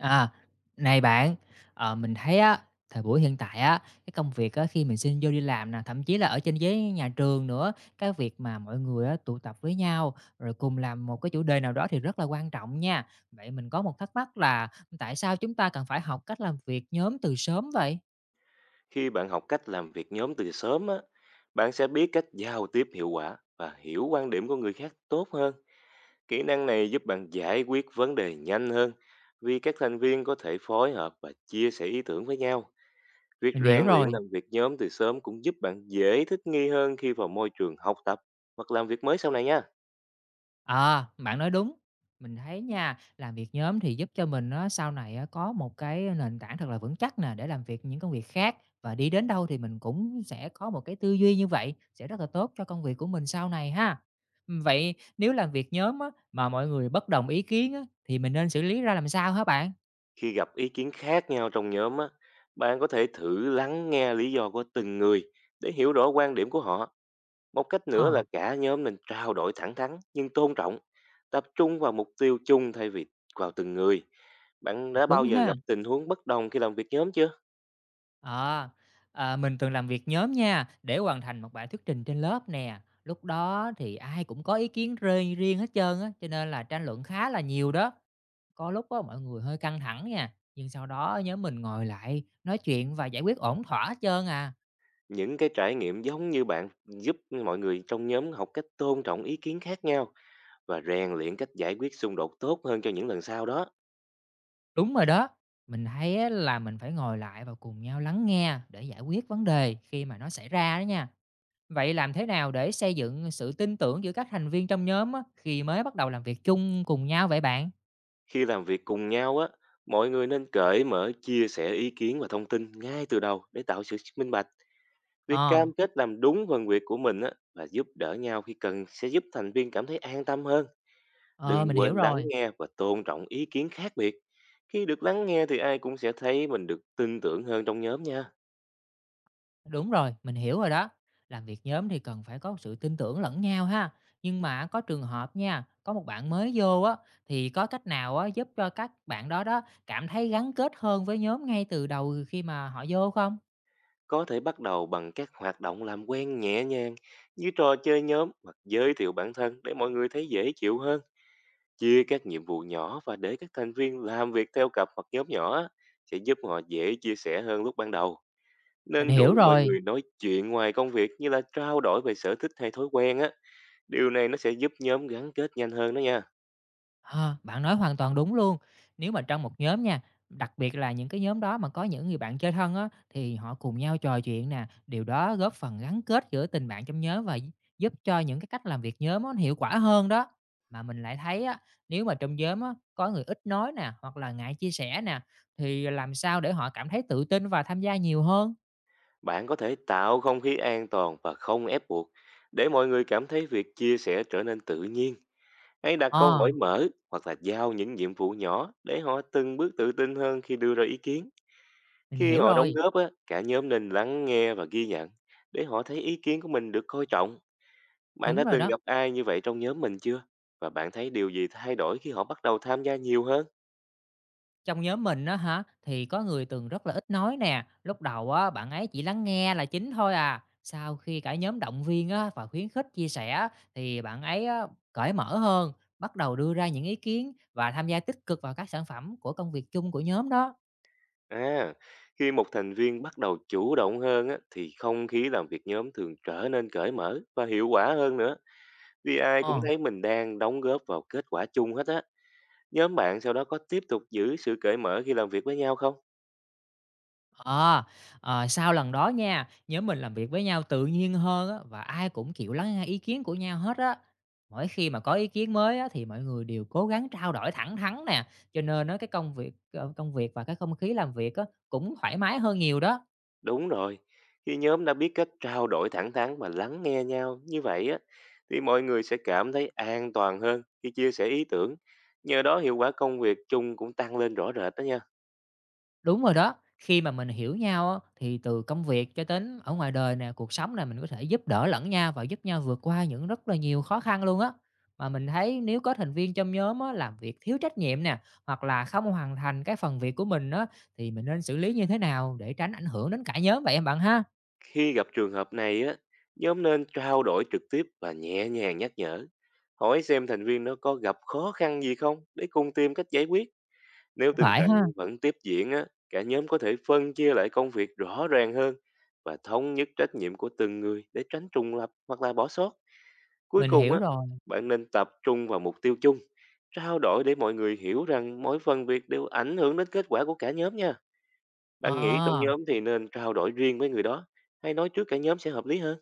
À, này bạn, mình thấy á, thời buổi hiện tại á, cái công việc á, khi mình xin vô đi làm nè, thậm chí là ở trên ghế nhà trường nữa, cái việc mà mọi người á, tụ tập với nhau rồi cùng làm một cái chủ đề nào đó thì rất là quan trọng nha. Vậy mình có một thắc mắc là tại sao chúng ta cần phải học cách làm việc nhóm từ sớm vậy? Khi bạn học cách làm việc nhóm từ sớm á, bạn sẽ biết cách giao tiếp hiệu quả và hiểu quan điểm của người khác tốt hơn. Kỹ năng này giúp bạn giải quyết vấn đề nhanh hơn vì các thành viên có thể phối hợp và chia sẻ ý tưởng với nhau. Việc Mình hiểu rèn luyện rồi. làm việc nhóm từ sớm cũng giúp bạn dễ thích nghi hơn khi vào môi trường học tập hoặc làm việc mới sau này nha. À, bạn nói đúng. Mình thấy nha, làm việc nhóm thì giúp cho mình á, sau này á, có một cái nền tảng thật là vững chắc nè, để làm việc những công việc khác và đi đến đâu thì mình cũng sẽ có một cái tư duy như vậy, sẽ rất là tốt cho công việc của mình sau này ha. Vậy nếu làm việc nhóm á, mà mọi người bất đồng ý kiến á, thì mình nên xử lý ra làm sao hả bạn? Khi gặp ý kiến khác nhau trong nhóm á, bạn có thể thử lắng nghe lý do của từng người để hiểu rõ quan điểm của họ. Một cách nữa Ờ, là cả nhóm nên trao đổi thẳng thắn nhưng tôn trọng, tập trung vào mục tiêu chung thay vì vào từng người. Bạn cũng đã bao đúng giờ ha. gặp tình huống bất đồng khi làm việc nhóm chưa? À, mình từng làm việc nhóm nha, để hoàn thành một bài thuyết trình trên lớp nè. Lúc đó thì ai cũng có ý kiến riêng riêng hết trơn á, cho nên là tranh luận khá là nhiều đó. Có lúc á mọi người hơi căng thẳng nha, nhưng sau đó nhóm mình ngồi lại nói chuyện và giải quyết ổn thỏa hết trơn à. Những cái trải nghiệm giống như bạn giúp mọi người trong nhóm học cách tôn trọng ý kiến khác nhau và rèn luyện cách giải quyết xung đột tốt hơn cho những lần sau đó. Đúng rồi đó. Mình thấy á, là mình phải ngồi lại và cùng nhau lắng nghe để giải quyết vấn đề khi mà nó xảy ra đó nha. Vậy làm thế nào để xây dựng sự tin tưởng giữa các thành viên trong nhóm á, khi mới bắt đầu làm việc chung cùng nhau vậy bạn? Khi làm việc cùng nhau á, mọi người nên cởi mở chia sẻ ý kiến và thông tin ngay từ đầu để tạo sự minh bạch. Việc Ờ. cam kết làm đúng phần việc của mình á, và giúp đỡ nhau khi cần sẽ giúp thành viên cảm thấy an tâm hơn. Ờ, mình Đừng hiểu quên lắng rồi. nghe và tôn trọng ý kiến khác biệt. Khi được lắng nghe thì ai cũng sẽ thấy mình được tin tưởng hơn trong nhóm nha. Đúng rồi, mình hiểu rồi đó. Làm việc nhóm thì cần phải có sự tin tưởng lẫn nhau ha. Nhưng mà có trường hợp nha, có một bạn mới vô á, thì có cách nào á giúp cho các bạn đó đó cảm thấy gắn kết hơn với nhóm ngay từ đầu khi mà họ vô không? Có thể bắt đầu bằng các hoạt động làm quen nhẹ nhàng như trò chơi nhóm hoặc giới thiệu bản thân để mọi người thấy dễ chịu hơn. Chia các nhiệm vụ nhỏ và để các thành viên làm việc theo cặp hoặc nhóm nhỏ á, sẽ giúp họ dễ chia sẻ hơn lúc ban đầu. Mình Nên hiểu rủ mọi rồi. người nói chuyện ngoài công việc như là trao đổi về sở thích hay thói quen á. Điều này nó sẽ giúp nhóm gắn kết nhanh hơn đó nha. Ờ, bạn nói hoàn toàn đúng luôn. Nếu mà trong một nhóm nha, đặc biệt là những cái nhóm đó mà có những người bạn chơi thân á, thì họ cùng nhau trò chuyện nè, điều đó góp phần gắn kết giữa tình bạn trong nhóm và giúp cho những cái cách làm việc nhóm á, nó hiệu quả hơn đó. Mà mình lại thấy á, nếu mà trong nhóm á, có người ít nói nè, hoặc là ngại chia sẻ nè, thì làm sao để họ cảm thấy tự tin và tham gia nhiều hơn? Bạn có thể tạo không khí an toàn và không ép buộc để mọi người cảm thấy việc chia sẻ trở nên tự nhiên. Hãy đặt câu Ờ, hỏi mở hoặc là giao những nhiệm vụ nhỏ để họ từng bước tự tin hơn khi đưa ra ý kiến. mình Khi hiểu họ đóng rồi, góp á, cả nhóm nên lắng nghe và ghi nhận để họ thấy ý kiến của mình được coi trọng. Bạn đúng đã rồi từng đó. gặp ai như vậy trong nhóm mình chưa? Và bạn thấy điều gì thay đổi khi họ bắt đầu tham gia nhiều hơn? Trong nhóm mình á hả, thì có người từng rất là ít nói nè, lúc đầu á bạn ấy chỉ lắng nghe là chính thôi à. Sau khi cả nhóm động viên á và khuyến khích chia sẻ thì bạn ấy á, cởi mở hơn, bắt đầu đưa ra những ý kiến và tham gia tích cực vào các sản phẩm của công việc chung của nhóm đó. À, khi một thành viên bắt đầu chủ động hơn á, thì không khí làm việc nhóm thường trở nên cởi mở và hiệu quả hơn nữa. Vì ai cũng Ờ. thấy mình đang đóng góp vào kết quả chung hết á. Nhóm bạn sau đó có tiếp tục giữ sự cởi mở khi làm việc với nhau không? Ờ, ờ, sau lần đó nha, nhóm mình làm việc với nhau tự nhiên hơn á, và ai cũng chịu lắng nghe ý kiến của nhau hết á. Mỗi khi mà có ý kiến mới á, thì mọi người đều cố gắng trao đổi thẳng thắn nè, cho nên á, cái công việc ờ, công việc và cái không khí làm việc á, cũng thoải mái hơn nhiều đó. Đúng rồi, khi nhóm đã biết cách trao đổi thẳng thắn và lắng nghe nhau như vậy á, thì mọi người sẽ cảm thấy an toàn hơn khi chia sẻ ý tưởng. Nhờ đó hiệu quả công việc chung cũng tăng lên rõ rệt đó nha. Đúng rồi đó, khi mà mình hiểu nhau á, thì từ công việc cho đến ở ngoài đời nè, cuộc sống nè, mình có thể giúp đỡ lẫn nhau và giúp nhau vượt qua những rất là nhiều khó khăn luôn á. Mà mình thấy nếu có thành viên trong nhóm á, làm việc thiếu trách nhiệm nè, hoặc là không hoàn thành cái phần việc của mình á, thì mình nên xử lý như thế nào để tránh ảnh hưởng đến cả nhóm vậy em bạn ha? Khi gặp trường hợp này á, nhóm nên trao đổi trực tiếp và nhẹ nhàng nhắc nhở. Hỏi xem thành viên nó có gặp khó khăn gì không để cùng tìm cách giải quyết. Nếu Cũng tình phải trạng ha, vẫn tiếp diễn á, cả nhóm có thể phân chia lại công việc rõ ràng hơn và thống nhất trách nhiệm của từng người để tránh trùng lập hoặc là bỏ sót. Cuối mình cùng hiểu á, rồi. bạn nên tập trung vào mục tiêu chung, trao đổi để mọi người hiểu rằng mỗi phần việc đều ảnh hưởng đến kết quả của cả nhóm nha. Bạn nghĩ trong Ờ. nhóm thì nên trao đổi riêng với người đó hay nói trước cả nhóm sẽ hợp lý hơn?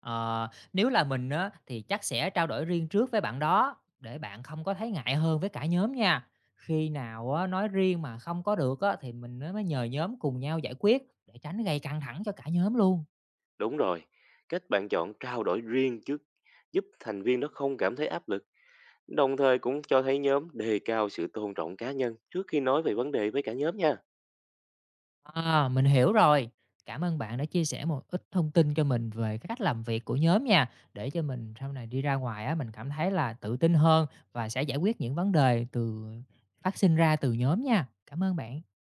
Ờ, nếu là mình á, thì chắc sẽ trao đổi riêng trước với bạn đó, để bạn không có thấy ngại hơn với cả nhóm nha. Khi nào á, nói riêng mà không có được á, thì mình mới mới nhờ nhóm cùng nhau giải quyết để tránh gây căng thẳng cho cả nhóm luôn. Đúng rồi, cách bạn chọn trao đổi riêng trước giúp thành viên đó không cảm thấy áp lực, đồng thời cũng cho thấy nhóm đề cao sự tôn trọng cá nhân trước khi nói về vấn đề với cả nhóm nha. À, mình hiểu rồi. Cảm ơn bạn đã chia sẻ một ít thông tin cho mình về cái cách làm việc của nhóm nha, để cho mình sau này đi ra ngoài á, mình cảm thấy là tự tin hơn và sẽ giải quyết những vấn đề từ phát sinh ra từ nhóm nha. Cảm ơn bạn.